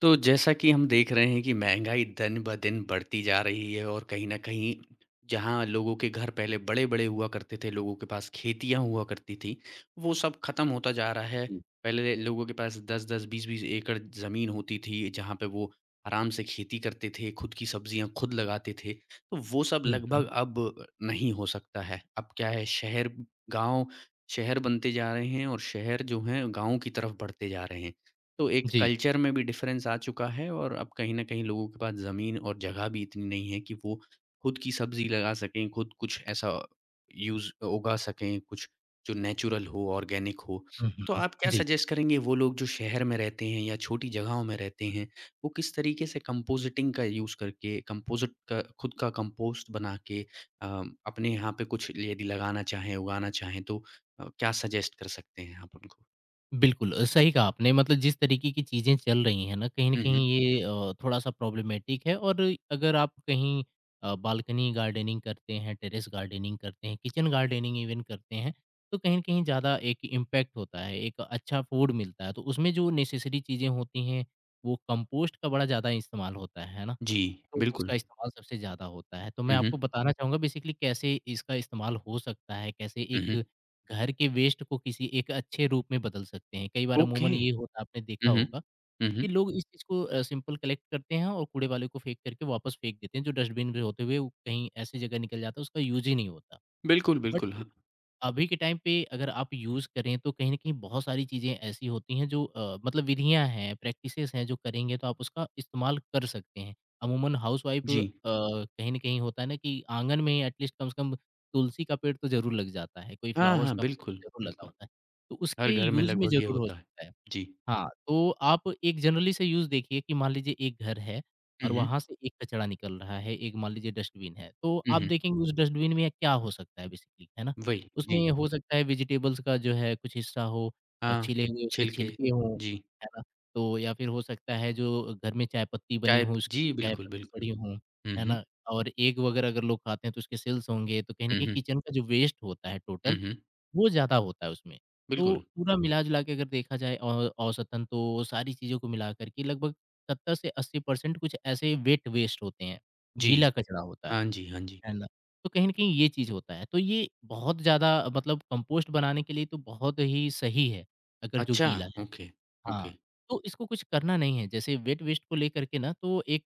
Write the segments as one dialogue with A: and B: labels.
A: तो जैसा कि हम देख रहे हैं कि महंगाई दिन ब दिन बढ़ती जा रही है और कहीं न कहीं जहाँ लोगों के घर पहले बड़े-बड़े हुआ करते थे, लोगों के पास खेतियाँ हुआ करती थी, वो सब खत्म होता जा रहा है।
B: जी।
A: पहले लोगों के पास 10-10, 20-20 एकड़ ज़मीन होती थी, जहाँ पे वो आराम से खेती करते थे, खुद की सब्जियाँ खुद लगाते थे। तो वो सब
B: हुँ, हुँ।
A: लगभग अब नहीं हो सकता है। अब क्या है शहर गाँव शहर बनते जा रहे हैं और शहर जो हैं गाँव की तरफ बढ़ते जा रहे हैं। तो एक
B: जी।
A: कल्चर में भी डिफरेंस आ चुका है और अब कहीं न कहीं लोगों के पास ज़मीन और जगह भी इतनी नहीं है कि वो खुद की सब्ज़ी लगा सकें, खुद कुछ ऐसा यूज़ उगा सकें, कुछ जो नेचुरल हो, ऑर्गेनिक हो।
B: हुँ,
A: तो
B: हुँ।
A: आप क्या
B: जी,
A: सजेस्ट करेंगे वो लोग जो शहर में रहते हैं या छोटी जगहों में रहते हैं, वो किस तरीके से कंपोज़िटिंग का यूज़ करके कंपोज़िट का खुद का कंपोस्ट बना के अ, अपने यहाँ पे कुछ यदि लगाना चाहें, उगाना चाहें तो क्या सजेस्ट कर सकते हैं आप उनको?
B: बिल्कुल सही कहा आपने मतलब जिस तरीके की चीज़ें चल रही हैं ना, कहीं न
A: हुँ, हुँ।
B: कहीं ये थोड़ा-सा प्रॉब्लमैटिक है और अगर आप कहीं बालकनी गार्डनिंग करते हैं, टेरेस गार्डनिंग करते हैं, किचन गार्डनिंग इवन करते हैं, तो कहीं न कहीं ज़्यादा एक इम्पैक्ट होता है, एक अच्छा फूड मिलता है, तो उसमें जो नेसेसरी चीज़ें होती हैं, वो कंपोस्ट का बड़ा ज़्यादा इस्तेमाल होता है ना?
A: जी,
B: तो
A: बिल्कुल।
B: उसका इस्तेमाल सबसे ज़्यादा होता है। तो मैं
A: हुँ, हुँ।
B: आपको बताना चाहूँगा बेसिकली कैसे इसका इस्तेमाल हो सकता है, कैसे
A: हुँ,
B: एक
A: हुँ।
B: घर के वेस्ट को किसी एक अच्छे रूप में बदल सकते हैं। कई बार
A: ओके।
B: अमूमन ये होता है आपने
A: हुँ,
B: देखा
A: हुँ।
B: होगा
A: हुँ, हुँ।
B: कि लोग इस चीज़ को सिंपल कलेक्ट करते हैं और कूड़े वाले को फेंक करके वापस फेंक देते हैं, जो डस्टबिन में होते हुए वो कहीं ऐसी जगह निकल जाता है उसका यूज़ ही नहीं होता।
A: बिल्कुल,
B: बट
A: बिल्कुल, हाँ।
B: अभी के टाइम पे अगर आप यूज़ करें तो कहीं न कहीं बहुत सारी चीज़ें ऐसी होती हैं जो मतलब विधियाँ हैं, प्रैक्टिसेस हैं जो करेंगे तो आप उसका इस्तेमाल कर सकते हैं। अमूमन हाउसवाइफ़
A: जी।
B: कहीं न कहीं होता है ना कि आँगन में एटलीस्ट कम से कम तुलसी का पेड़ तो ज़रूर लग जाता है, कोई
A: हाँ,
B: फ्लावर्स
A: हाँ,
B: का पेड़
A: बिल्कुल,
B: तो ज़रूर लगा
A: बिल्कुल।
B: होता है। तो
A: हर
B: उसके
A: घर में
B: यूज़ में
A: लगभग ये
B: ज़रूर हो
A: होता है।
B: सकता है।
A: जी।
B: हाँ, तो आप एक जनरली से यूज़ देखिए कि मान लीजिए एक घर है
A: हुँ,
B: और
A: हुँ।
B: वहाँ से एक कचरा निकल रहा है, एक मान लीजिए डस्टबिन है, तो
A: हुँ,
B: आप
A: हुँ।
B: देखेंगे उस डस्टबिन में क्या हो सकता है बेसिकली, है ना?
A: वही, जी।
B: उसमें हो सकता है वेजिटेबल्स का जो है कुछ हिस्सा हो और
A: हाँ,
B: छिले हुए उसके
A: छिलके,
B: छिलके हों,
A: जी।
B: है ना? तो या फिर हो सकता है जो घर में चाय पत्ती बनी
A: चाय
B: हो,
A: प
B: उसकी
A: जी,
B: चाय
A: बिल्कुल,
B: पत्ती
A: बिल्कुल।
B: पड़ी हों,
A: हुँ,
B: है
A: हुँ।
B: ना? और एग वगैरह अगर लोग खाते हैं तो उसके सेल्स होंगे, तो कहीं न
A: हुँ,
B: कहीं
A: हुँ।
B: किचन का जो वेस्ट होता है
A: हुँ,
B: टोटल,
A: हुँ।
B: वो ज़्यादा होता है उसमें। तो
A: बिल्कुल।
B: पूरा मिला-जुला के अगर देखा जाए औ औसतन तो सारी चीज़ों को मिलाकर के लगभग 70 से 80% कुछ ऐसे वेट वेस्ट होते हैं,
A: जी।
B: गीला कचरा होता
A: हाँ जी, हाँ जी।
B: है ना? तो कहीं न कहीं ये चीज़ होता है, तो ये बहुत ज़्यादा मतलब कंपोस्ट बनाने के लिए तो बहुत ही सही है, अगर जो
A: अच्छा,
B: गीला है।
A: Okay, okay.
B: हाँ, तो इसको कुछ करना नहीं है, जैसे वेट वेस्ट को लेकर के ना तो एक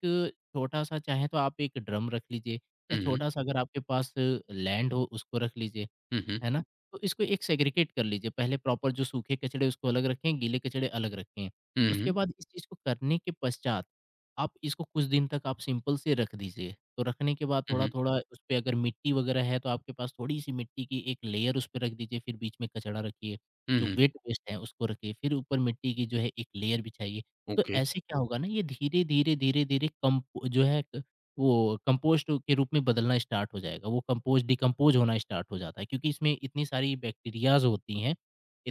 B: छोटा-सा चाहे तो आप एक ड्रम रख लीजिए या
A: हुँ, हुँ।
B: छोटा-सा अगर आपके पास लैंड हो उसको रख लीजिए।
A: हुँ, हुँ।
B: है ना? तो इसको एक सेग्रीगेट कर लीजिए, पहले प्रॉपर जो सूखे कचड़े उसको अलग रखें, गीले कचड़े अलग रखें।
A: हुँ,
B: उसके
A: हुँ।
B: बाद इस चीज़ को करने के पश्चात, आप इसको कुछ दिन तक आप सिंपल से रख दीजिए। तो रखने के बाद
A: हुँ, हुँ।
B: थोड़ा-थोड़ा उस पे अगर मिट्टी वगैरह है तो आपके पास थोड़ी-सी मिट्टी की एक लेयर उस पे रख दीजिए, फिर बीच में कचड़ा रखिए,
A: हुँ,
B: जो
A: हुँ।
B: वेट वेस्ट है उसको रखिए, फिर ऊपर मिट्टी की जो है एक लेयर बिछाइए। तो
A: ओके।
B: ऐसे क्या होगा ना ये धीरे, धीरे कम जो है वो कंपोस्ट के रूप में बदलना स्टार्ट हो जाएगा। वो कंपोस्ट डिकम्पोज़ होना स्टार्ट हो जाता है क्योंकि इसमें इतनी सारी बैक्टीरियाज़ होती हैं,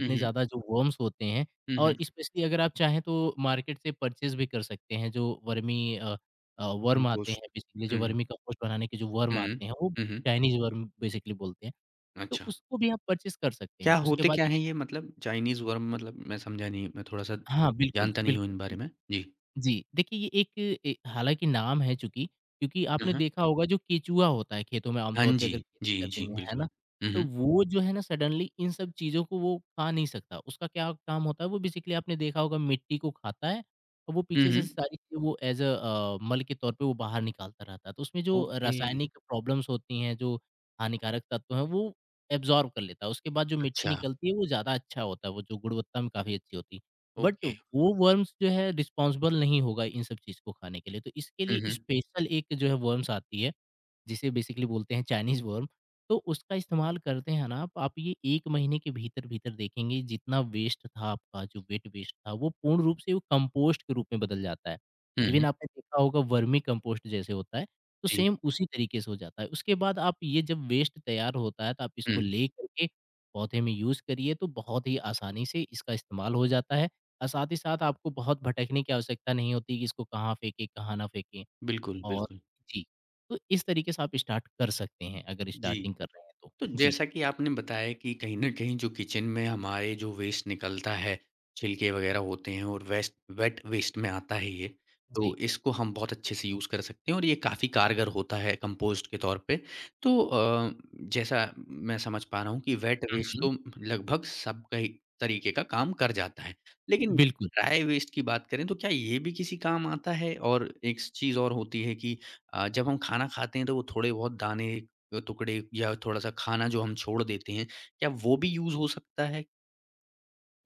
A: हुँ, हुँ।
B: ज़्यादा जो वर्म्स होते हैं
A: हुँ,
B: और
A: हुँ।
B: स्पेशली अगर आप चाहें तो मार्केट से परचेज़ भी कर सकते हैं जो वर्म आते
A: कंपोस्ट।
B: हैं बेसिकली
A: हुँ,
B: जो
A: हुँ।
B: वर्मी कंपोस्ट बनाने के जो वर्म
A: हुँ, हुँ।
B: आते हैं, वो
A: हुँ, हुँ।
B: चाइनीज़ वर्म बेसिकली बोलते हैं। तो
A: अच्छा।
B: उसको भी आप परचेज़ कर सकते
A: क्या
B: हैं। उसके
A: होते
B: बाद
A: क्या
B: जब
A: हैं
B: इस
A: ये मतलब चाइनीज़ वर्म मतलब मैं समझा नहीं, मैं थोड़ा-सा
B: हाँ, बिल्कुल,
A: जानता नहीं हूँ
B: बिल्कुल,
A: इन बारे में?
B: बिल्कुल।
A: जी।
B: जी, देखिए ये एक हालाँकि नाम है चूँकि, क्योंकि
A: हुँ,
B: आपने
A: हुँ।
B: देखा होगा जो केचुआ होता है खेतों में
A: हाँ
B: आमतौर पे
A: जी।
B: अगर खेती
A: जी,
B: करते
A: जी,
B: हुए, है
A: बिल्कुल।
B: ना?
A: हुँ,
B: तो
A: हुँ।
B: वो जो है ना सडनली इन सब चीज़ों को वो खा नहीं सकता। उसका क्या काम होता है वो बेसिकली आपने देखा होगा मिट्टी को खाता है और वो
A: हुँ,
B: पीछे से
A: हुँ।
B: सारी चीज़ें वो एज़ अ मल के तौर पे वो बाहर निकालता रहता है। तो उसमें जो
A: ओके,
B: रासायनिक प्रॉब्लम्स होती हैं, जो हानिकारक तत्व हैं वो एब्ज़ॉर्ब कर लेता है। उसके बाद जो मिट्टी
A: अच्छा,
B: निकलती है वो ज़्यादा अच्छा होता है, वो जो गुणवत्ता में काफ़ी अच्छी होती है। But
A: okay.
B: वो वर्म्स जो है रिस्पॉन्सिबल नहीं होगा इन सब चीज़ को खाने के लिए, तो इसके
A: हुँ,
B: लिए
A: हुँ।
B: स्पेशल एक जो है वर्म्स आती है जिसे बेसिकली बोलते हैं चाइनीज़ वर्म, तो उसका इस्तेमाल करते हैं ना आप ये 1 महीने के भीतर-भीतर देखेंगे जितना वेस्ट था आपका, जो वेट वेस्ट था, वो पूर्ण रूप से वो कंपोस्ट के रूप में बदल जाता है।
A: हुँ,
B: इवन
A: हुँ।
B: आपने देखा होगा वर्मी कंपोस्ट जैसे होता है, तो
A: जी।
B: सेम उसी तरीके से हो जाता है। उसके बाद आप ये जब वेस्ट तैयार होता है, तो आप इसको
A: हुँ,
B: लेकर के पौधे में यूज़ करिए, तो बहुत ही आसानी से इसका इस्तेमाल हो जाता है और साथ ही साथ आपको बहुत भटकने की आवश्यकता नहीं होती कि इसको कहाँ फेंकें, कहाँ ना फेंकें।
A: बिल्कुल,
B: और
A: बिल्कुल।
B: जी, तो इस तरीके से आप स्टार्ट कर सकते हैं अगर
A: जी।
B: स्टार्टिंग कर रहे हैं तो।
A: तो
B: जी,
A: जैसा कि आपने बताया कि कहीं न कहीं जो किचन में हमारे जो वेस्ट निकलता है, छिलके वग़ैरह होते हैं और वेस्ट वेट वेस्ट में आता है ये। तो
B: जी।
A: इसको हम बहुत अच्छे से यूज़ कर सकते हैं और ये काफ़ी कारगर होता है कंपोस्ट के तौर पे। तो जैसा मैं समझ पा रहा हूँ कि वेट
B: हुँ,
A: वेस्ट
B: हुँ।
A: तो लगभग सब कई तरीके का काम कर जाता है। लेकिन
B: बिल्कुल।
A: ड्राई वेस्ट की बात करें तो क्या ये भी किसी काम आता है? और एक स चीज़ और होती है कि जब हम खाना खाते हैं तो वो थोड़े बहुत दाने टुकड़े या थोड़ा-सा खाना जो हम छोड़ देते हैं, क्या वो भी यूज़ हो सकता है?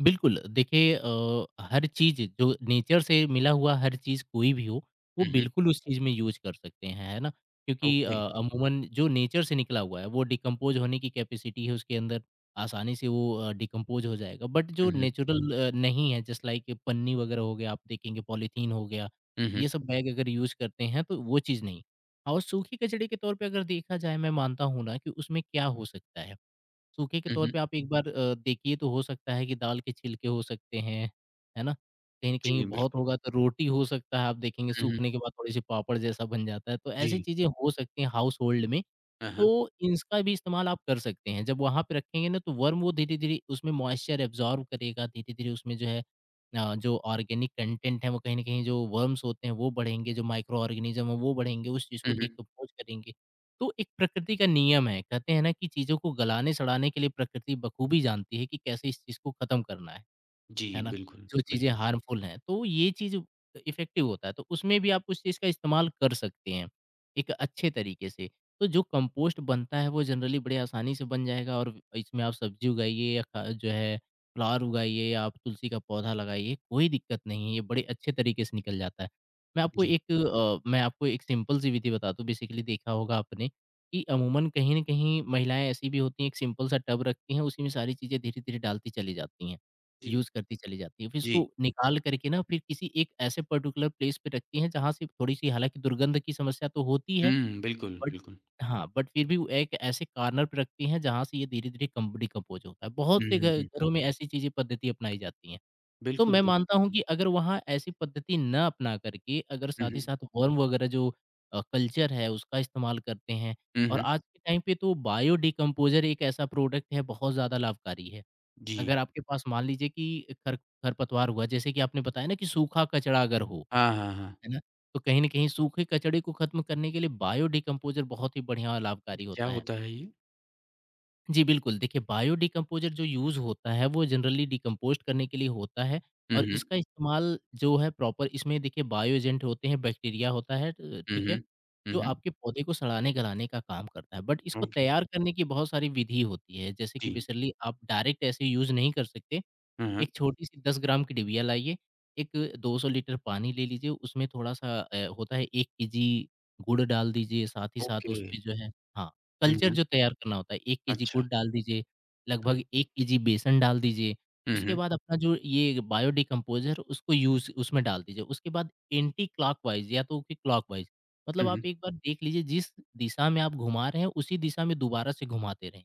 B: बिल्कुल, देखिए हर चीज़ जो नेचर से मिला हुआ हर चीज़ कोई भी हो, वो
A: हुँ, हुँ,
B: बिल्कुल उस चीज़ में यूज़ कर सकते हैं, है ना? क्योंकि
A: ओके।
B: अमूमन जो नेचर से निकला हुआ है, वो डिकम्पोज़ होने की कैपेसिटी है उसके अंदर, आसानी से वो डिकम्पोज़ हो जाएगा। बट
A: हुँ,
B: जो
A: हुँ,
B: नेचुरल नहीं है, जस्ट लाइक पन्नी वगैरह हो गया, आप देखेंगे पॉलीथीन हो गया,
A: हुँ, हुँ,
B: ये सब बैग अगर यूज़ करते हैं, तो वो चीज़ नहीं। और सूखे कचड़े के तौर पे अगर देखा जाए, मैं मानता हूँ ना कि उसमें क्या हो सकता है? सूखे के
A: हुँ,
B: तौर
A: हुँ।
B: पे आप एक बार देखिए तो हो सकता है कि दाल के छिलके हो सकते हैं, है ना? कहीं न कहीं
A: जी,
B: बहुत
A: बिल्कुल।
B: होगा तो रोटी हो सकता है आप देखेंगे
A: हुँ, हुँ,
B: सूखने के बाद थोड़े-से पापड़ जैसा बन जाता है, तो ऐसी
A: जी।
B: चीज़ें हो सकती हैं हाउस होल्ड में
A: हाँ, हाँ।
B: तो इसका भी इस्तेमाल आप कर सकते हैं। जब वहाँ पे रखेंगे ना तो वर्म वो धीरे-धीरे उसमें मॉइस्चर एब्ज़ॉर्ब करेगा, धीरे-धीरे उसमें जो है जो ऑर्गेनिक कंटेंट है वो कहीं न कहीं जो वर्म्स होते हैं वो बढ़ेंगे, जो माइक्रो ऑर्गेनिज़्म है वो बढ़ेंगे, उस चीज़ को
A: हुँ, हुँ।
B: डिकम्पोज़ करेंगे। तो एक प्रकृति का नियम है, कहते हैं ना कि चीज़ों को गलाने-सड़ाने के लिए प्रकृति बखूबी जानती है कि कैसे इस चीज़ को खत्म करना है।
A: जी,
B: है ना?
A: बिल्कुल,
B: जो
A: बिल
B: चीज़ें हार्मफुल हैं, तो ये चीज़ इफ़ेक्टिव होता है, तो उसमें भी आप उस चीज़ का इस्तेमाल कर सकते हैं, एक अच्छे तरीके से। तो जो कंपोस्ट बनता है वो जनरली बड़े आसानी से बन जाएगा और इसमें आप सब्ज़ी उगाइए या ख जो है फ्लावर उगाइए या आप तुलसी का पौधा लगाइए, कोई दिक्कत नहीं है, ये बड़े अच्छे तरीके से निकल जाता है।
A: जी,
B: मैं आपको एक सिंपल सी विधि बताता हूँ, बेसिकली देखा होगा आपने कि अमूमन कहीं न कहीं महिलाएँ ऐसी भी होती हैं, एक सिंपल सा टब रखती हैं, उसी में सारी चीज़ें धीरे-धीरे डालती चली जाती हैं।
A: जी,
B: यूज़ करती चली जाती है। फिर
A: जी।
B: इसको निकाल करके ना फिर किसी एक ऐसे पर्टिकुलर प्लेस पे रखती हैं जहाँ से थोड़ी-सी हालाँकि दुर्गंध की समस्या तो होती है
A: हुँ, बिल्कुल,
B: बट
A: बिल्कुल।
B: हाँ, बट फिर भी वो एक ऐसे कॉर्नर पे रखती हैं जहाँ से ये धीरे-धीरे कम डिकम्पोज़ होता है। बहुत
A: हुँ,
B: से घ
A: हुँ, हुँ।
B: घरों में ऐसी चीज़ें पद्धति अपनाई जाती हैं। तो
A: बिल्कुल,
B: मैं
A: बिल
B: मानता हूँ कि अगर वहाँ ऐसी पद्धति ना अपना करके अगर
A: हुँ,
B: साथ ही
A: हुँ,
B: साथ वर्म वगैरह जो कल्चर है उसका इस्तेमाल करते हैं
A: हुँ,
B: और
A: हुँ।
B: आज के टाइम पे तो बायो डिकम्पोज़र एक ऐसा प्रोडक्ट है बहुत ज़्यादा लाभकारी है।
A: जी।
B: अगर आपके पास मान लीजिए कि खर खरपतवार हुआ, जैसे कि आपने बताया ना कि सूखा कचरा अगर हो,
A: हाँ, हाँ, हाँ।
B: है ना? तो कहीं न कहीं सूखे कचड़े को खत्म करने के लिए बायोडिकम्पोज़र बहुत ही बढ़िया और लाभकारी
A: क्या
B: होता है।
A: होता है ये?
B: जी, बिल्कुल। देखिए बायोडिकम्पोज़र जो यूज़ होता है वो जनरली डिकम्पोज़्ड करने के लिए होता है
A: हुँ,
B: और
A: हुँ,
B: इसका इस्तेमाल जो है प्रॉपर इसमें देखिए बायो एजेंट होते हैं, बैक्टीरिया होता है
A: हुँ,
B: ठीक है?
A: हुँ, हुँ,
B: जो
A: हुँ।
B: आपके पौधे को सड़ाने-गलाने का काम करता है। बट इसको
A: ओके,
B: तैयार करने की बहुत सारी विधि होती है, जैसे कि
A: जी।
B: बेसिकली आप डायरेक्ट ऐसे यूज़ नहीं कर सकते।
A: हाँ, हाँ।
B: एक छोटी-सी 10 ग्राम की डिबिया लाइए, एक 200 लीटर पानी ले लीजिए, उसमें थोड़ा-सा होता है 1 केजी गुड़ डाल दीजिए, साथ ही साथ
A: ओके।
B: उसमें जो है हाँ,
A: हुँ,
B: कल्चर
A: हुँ।
B: जो तैयार करना होता है, 1 केजी
A: अच्छा,
B: गुड़ डाल दीजिए,
A: ओके।
B: लगभग 1 केजी बेसन डाल दीजिए।
A: हुँ,
B: उसके
A: हुँ,
B: बाद अपना जो ये बायोडिकम्पोज़र उसको यूज़ उसमें डाल दीजिए। उसके बाद एंटी क्लॉकवाइज़ या तो कि क्लॉकवाइज़
A: हुँ,
B: मतलब आप
A: हुँ।
B: एक बार देख लीजिए जिस दिशा में आप घुमा रहे हैं, उसी दिशा में दोबारा से घुमाते रहें।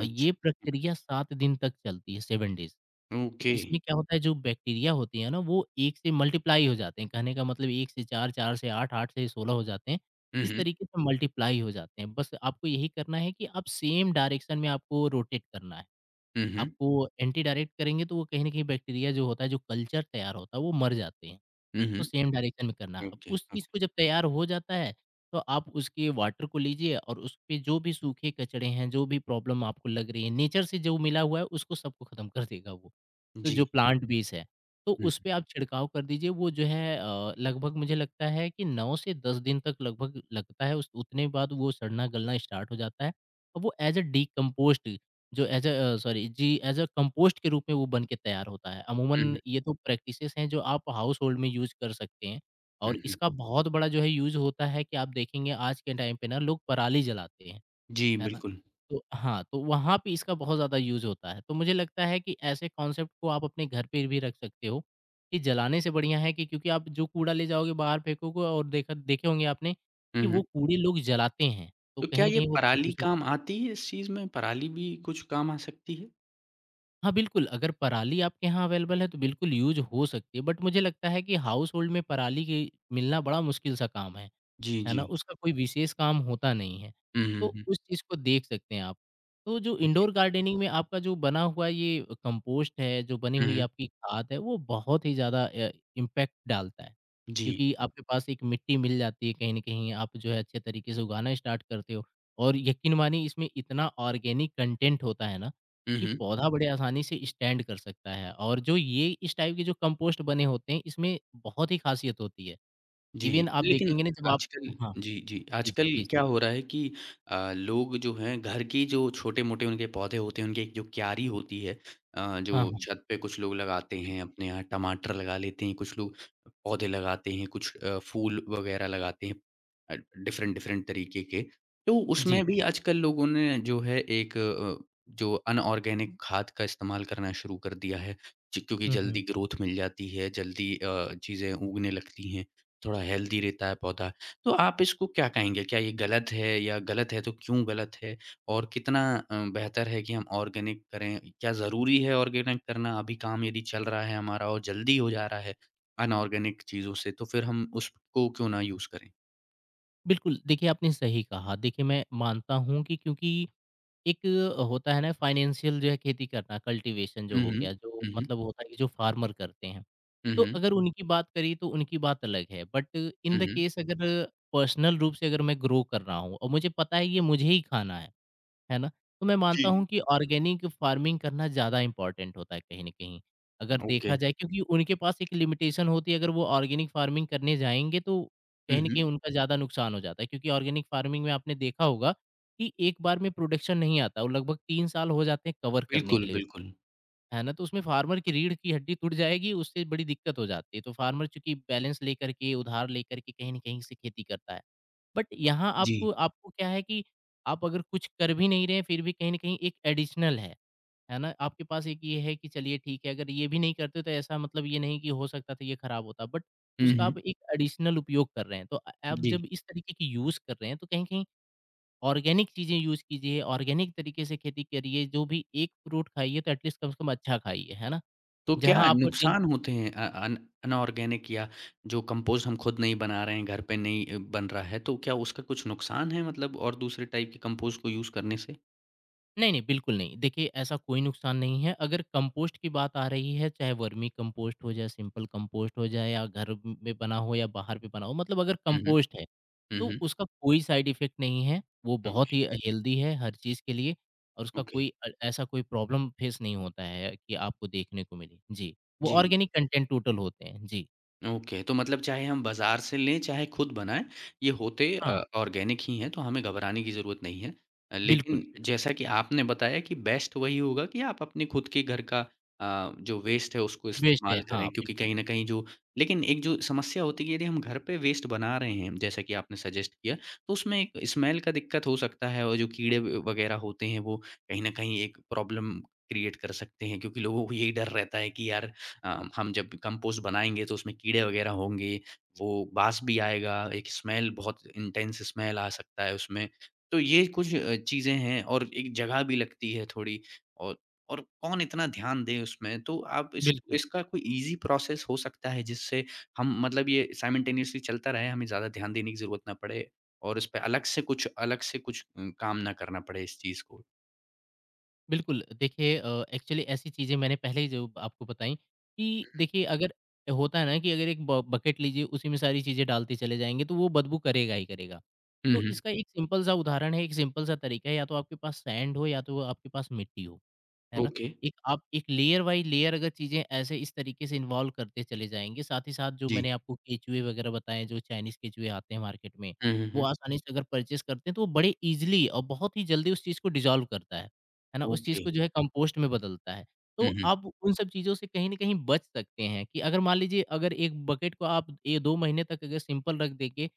A: अच्छा,
B: ये प्रक्रिया 7 दिन तक चलती है, 7 डेज़। तो
A: ओके।
B: इसमें क्या होता है जो बैक्टीरिया होती है ना वो 1 से मल्टीप्लाई हो जाते हैं, कहने का मतलब 1 से 4, 4 से 8, 8 से 16 हो जाते हैं।
A: हुँ,
B: इस
A: हुँ,
B: तरीके से मल्टीप्लाई हो जाते हैं। बस आपको यही करना है कि आप सेम डायरेक्शन में आपको रोटेट करना है।
A: हुँ, हुँ,
B: आपको एंटी डायरेक्ट करेंगे तो वो कहीं न कहीं बैक्टीरिया जो होता है, जो कल्चर तैयार होता है, वो मर जाते हैं।
A: हुँ,
B: तो
A: हुँ।
B: सेम डायरेक्शन में करना।
A: ओके,
B: अब उस
A: ओके।
B: चीज़ को जब तैयार हो जाता है, तो आप उसके वाटर को लीजिए और उस पे जो भी सूखे कचड़े हैं, जो भी प्रॉब्लम आपको लग रही है, नेचर से जो मिला हुआ है, उसको सबको ख़त्म कर देगा वो। तो
A: जी।
B: जो प्लांट बेस है, तो
A: हुँ,
B: उस पे आप छिड़काव कर दीजिए। वो जो है लगभग मुझे लगता है कि 9 से 10 दिन तक लगभग लगता है, उस उतने बाद वो सड़ना-गलना स्टार्ट हो जाता है और वो एज़ अ डिकम्पोस्ट जो एज़ सॉरी जी, एज़ अ कंपोस्ट के रूप में वो बन के तैयार होता है।
A: हुँ,
B: अमूमन
A: हुँ,
B: ये तो प्रैक्टिसेज़ हैं जो आप हाउस होल्ड में यूज़ कर सकते हैं
A: हुँ,
B: और
A: हुँ।
B: इसका बहुत बड़ा जो है यूज़ होता है कि आप देखेंगे आज के टाइम पे ना लोग पराली जलाते हैं,
A: जी,
B: है ना?
A: बिल्कुल।
B: तो हाँ, तो वहाँ पे इसका बहुत ज़्यादा यूज़ होता है। तो मुझे लगता है कि ऐसे कॉन्सेप्ट को आप अपने घर पे भी रख सकते हो, कि जलाने से बढ़िया है कि क्योंकि आप जो कूड़ा ले जाओगे बाहर फेंकोगे और देखा देखे होंगे आपने
A: हुँ,
B: कि वो
A: हुँ।
B: कूड़े लोग जलाते हैं, तो
A: तो क्या
B: कहीं न
A: ये
B: कहीं वो
A: पराली
B: प्रदूषण
A: काम आती है इस चीज़ में? पराली भी कुछ काम आ सकती है?
B: हाँ, बिल्कुल, अगर पराली आपके यहाँ अवेलेबल है तो बिल्कुल यूज़ हो सकती है, बट मुझे लगता है कि हाउस होल्ड में पराली की मिलना बड़ा मुश्किल सा काम है।
A: जी,
B: है
A: जी।
B: ना? उसका कोई विशेष काम होता नहीं है।
A: हुँ, हुँ,
B: तो
A: हुँ।
B: उस चीज़ को देख सकते हैं आप। तो जो
A: ओके।
B: इंडोर गार्डनिंग में आपका जो बना हुआ ये कंपोस्ट है, जो बनी
A: हुँ,
B: हुई
A: हुँ।
B: आपकी खाद है, वो बहुत ही ज़्यादा इम्पैक्ट डालता है।
A: जी।
B: क्योंकि आपके पास एक मिट्टी मिल जाती है कहीं न कहीं, आप जो है अच्छे तरीके से उगाना स्टार्ट करते हो और यकीन मानिए इसमें इतना ऑर्गेनिक कंटेंट होता है ना,
A: हुँ,
B: कि
A: हुँ।
B: पौधा बड़े आसानी से स्टैंड कर सकता है और जो ये इस टाइप के जो कंपोस्ट बने होते हैं, इसमें बहुत ही ख़ासियत होती है।
A: जी,
B: इवन आप
A: लेकिन
B: देखेंगे ना जब आप
A: आजकल
B: हाँ।
A: जी, जी,
B: जी, जी,
A: आजकल
B: प्लीज़।
A: क्या हो रहा है कि लोग जो हैं घर की जो छोटे-मोटे उनके पौधे होते हैं, उनकी एक जो क्यारी होती है जो
B: हाँ, हाँ।
A: छत पे कुछ लोग लगाते हैं, अपने यहाँ टमाटर लगा लेते हैं, कुछ लोग पौधे लगाते हैं, कुछ फूल वगैरह लगाते हैं अ, डिफ़रेंट डिफ़रेंट तरीके के। तो
B: जी।
A: उसमें भी आजकल लोगों ने जो है एक जो अनऑर्गेनिक खाद का इस्तेमाल करना शुरू कर दिया है, जी क्योंकि
B: हुँ,
A: जल्दी
B: हुँ।
A: ग्रोथ मिल जाती है, जल्दी चीज़ें उगने लगती हैं। थोड़ा हेल्दी रहता है पौधा। तो आप इसको क्या कहेंगे? क्या ये गलत है या गलत है तो क्यों गलत है? और कितना बेहतर है कि हम ऑर्गेनिक करें? क्या ज़रूरी है ऑर्गेनिक करना? अभी काम यदि चल रहा है हमारा और जल्दी हो जा रहा है अनऑर्गेनिक चीज़ों से, तो फिर हम उसको क्यों ना यूज़ करें?
B: बिल्कुल, देखिए आपने सही कहा। देखिए मैं मानता हूँ कि क्योंकि एक होता है ना फाइनेंशियल जो है खेती करना, कल्टीवेशन जो
A: हुँ,
B: हो
A: हुँ।
B: गया, जो
A: हुँ, हुँ।
B: मतलब होता है कि जो फार्मर करते हैं।
A: हुँ,
B: तो
A: हुँ।
B: अगर उनकी बात करी तो उनकी बात अलग है। बट इन
A: हुँ,
B: द
A: हुँ।
B: केस अगर पर्सनल रूप से अगर मैं ग्रो कर रहा हूँ और मुझे पता है ये मुझे ही खाना है। है ना? तो मैं मानता
A: जी।
B: हूँ कि ऑर्गेनिक फार्मिंग करना ज़्यादा इम्पोर्टेंट होता है कहीं न कहीं। अगर
A: ओके।
B: देखा जाए क्योंकि उनके पास एक लिमिटेशन होती है अगर वो ऑर्गेनिक फार्मिंग करने जाएँगे तो
A: हुँ,
B: कहीं न कहीं
A: हुँ।
B: उनका ज़्यादा नुकसान हो जाता है क्योंकि ऑर्गेनिक फार्मिंग में आपने देखा होगा कि एक बार में प्रोडक्शन नहीं आता, वो लगभग 3 साल हो जाते हैं कवर करने के
A: बिल्कुल,
B: लिए उसको,
A: बिल्कुल।
B: है ना? तो उसमें फार्मर की रीढ़ की हड्डी टूट जाएगी, उससे बड़ी दिक्कत हो जाती है। तो फार्मर चूँकि बैलेंस लेकर के, उधार लेकर के कहीं न कहीं से खेती करता है। बट यहाँ
A: जी।
B: आपको आपको क्या है कि आप अगर कुछ कर भी नहीं रहे हैं, फिर भी कहीं न कहीं एक एडिशनल है ना? आपके पास एक ये है कि चलिए ठीक है, अगर ये भी नहीं करते तो ऐसा मतलब ये नहीं कि हो सकता था ये खराब होता, बट
A: हुँ,
B: उसका आप
A: हुँ।
B: एक एडिशनल उपयोग कर रहे हैं। तो आप
A: जी।
B: जब इस तरीके की यूज़ कर रहे हैं, तो कहीं न कहीं ऑर्गेनिक चीज़ें यूज़ कीजिए, ऑर्गेनिक तरीके से खेती करिए, जो भी एक फ्रूट खाइए तो एटलीस्ट कम से कम अच्छा खाइए, है ना?
A: तो क्या
B: जहाँ आप दिन
A: नुकसान होते हैं अ, अन अनॉर्गेनिक या जो कंपोस्ट हम खुद नहीं बना रहे हैं, घर पे नहीं बन रहा है, तो क्या उसका कुछ नुकसान है मतलब और दूसरे टाइप के कंपोस्ट को यूज़ करने से?
B: नहीं, नहीं, बिल्कुल नहीं। देखिए, ऐसा कोई नुकसान नहीं है। अगर कंपोस्ट की बात आ रही है, चाहे वर्मी कंपोस्ट हो या सिंपल कंपोस्ट हो जाए या घर म में बना हो या बाहर पे बना हो, मतलब अगर
A: हुँ, हुँ।
B: कंपोस्ट है,
A: हुँ,
B: तो
A: हुँ।
B: उसका कोई साइड इफ़ेक्ट नहीं है। वो बहुत
A: ओके,
B: ही हेल्दी है हर चीज़ के लिए और उसका
A: ओके।
B: कोई ऐसा कोई प्रॉब्लम फेस नहीं होता है कि आपको देखने को मिले। जी, वो
A: जी।
B: ऑर्गेनिक कंटेंट टोटल होते हैं। जी,
A: ओके, तो मतलब चाहे हम बाज़ार से लें, चाहे खुद बनाएँ, ये होते
B: हाँ,
A: ऑर्गेनिक ही हैं, तो हमें घबराने की ज़रूरत नहीं है। लेकिन
B: बिल्कुल।
A: जैसा कि आपने बताया कि बेस्ट वही होगा कि आप अपने खुद के घर का जो वेस्ट है, उसको
B: वेस्ट है,
A: इस्तेमाल करें
B: हाँ,
A: क्योंकि
B: बिल्कुल,
A: कहीं न कहीं जो लेकिन एक जो समस्या होती है कि यदि हम घर पे वेस्ट बना रहे हैं, जैसा कि आपने सजेस्ट किया, तो उसमें एक स्मेल का दिक्कत हो सकता है और जो कीड़े व वगैरह होते हैं, वो कहीं न कहीं एक प्रॉब्लम क्रिएट कर सकते हैं क्योंकि लोगों को यही डर रहता है कि यार हम जब कंपोस्ट बनाएँगे तो उसमें कीड़े वगैरह होंगे, वो बास भी आएगा, एक स्मेल बहुत इंटेंस स्मेल आ सकता है उसमें। तो ये कुछ चीज़ें हैं और एक जगह भी लगती है थोड़ी और और कौन इतना ध्यान दे उसमें, तो आप इस
B: बिल्कुल।
A: इसका कोई ईज़ी प्रोसेस हो सकता है जिससे हम मतलब ये साइमल्टेनियसली चलता रहे, हमें ज़्यादा ध्यान देने की ज़रूरत ना पड़े और इस पे अलग से कुछ काम ना करना पड़े इस चीज़ को?
B: बिल्कुल, देखिए एक्चुअली ऐसी चीज़ें मैंने पहले ही जो आपको बताई कि
A: हुँ, हुँ।
B: देखिए अगर होता है ना कि अगर एक ब बकेट लीजिए उसी में सारी चीज़ें डालते चले जाएँगे तो वो बदबू करेगा ही करेगा।
A: हुँ,
B: तो
A: हुँ।
B: इसका एक सिंपल सा उदाहरण है, एक सिंपल सा तरीका है, या तो आपके पास सैंड हो या तो आपके पास मिट्टी हो, है ना?
A: ओके।
B: एक आप एक लेयर बाई लेयर अगर चीज़ें ऐसे इस तरीके से इन्वॉल्व करते चले जाएँगे, साथ ही साथ जो
A: जी।
B: मैंने आपको केचुए वगैरह बताएँ, जो चाइनीज़ केचुए आते हैं मार्केट में,
A: हुँ, हुँ,
B: वो
A: हुँ।
B: आसानी से अगर परचेज़ करते हैं तो वो बड़े ईज़िली और बहुत ही जल्दी उस चीज़ को डिज़ॉल्व करता है ना? उस चीज़
A: ओके।
B: को जो है कंपोस्ट में बदलता है।
A: हुँ,
B: तो
A: हुँ।
B: आप उन सब चीज़ों से कहीं न कहीं बच सकते हैं कि अगर मान लीजिए अगर एक बकेट को आप ए 2 महीने तक अगर सिंपल रख देंगे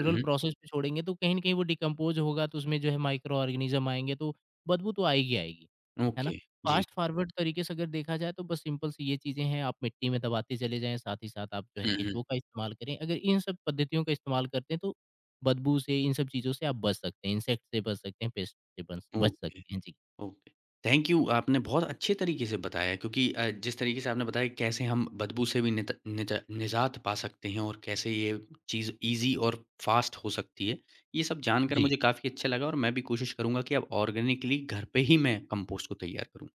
A: हुँ, हुँ।
B: प्रोसेस पे छोड़ेंगे तो कहीं न कहीं वो डिकम्पोज़ होगा तो उसमें जो है माइक्रो ऑर्गेनिज़्म आएँगे तो बदबू तो आएगी, आएगी। है ना?
A: ओके, जी।
B: फ़ास्ट फॉरवर्ड तरीके से अगर देखा जाए तो बस सिंपल सी ये चीज़ें हैं, आप मिट्टी में दबाते चले जाएँ, साथ ही साथ आप जो है
A: हुँ, हुँ।
B: केचुओं का इस्तेमाल करें। अगर इन सब पद्धतियों का इस्तेमाल करते हैं तो बदबू से, इन सब चीज़ों से आप बच सकते हैं, इंसेक्ट से बच सकते हैं, पेस्ट से बच बच
A: ओके,
B: सकते हैं। जी।
A: ओके। थैंक यू आपने बहुत अच्छे तरीके से बताया क्योंकि जिस तरीके से आपने बताया कि कैसे हम बदबू से भी नित निजा निजात पा सकते हैं और कैसे ये चीज़ ईज़ी और फ़ास्ट हो सकती है, ये सब जानकर
B: जी।
A: मुझे काफ़ी अच्छा लगा और मैं भी कोशिश करूँगा कि अब ऑर्गेनिकली घर पे ही मैं कंपोस्ट को तैयार करूँ।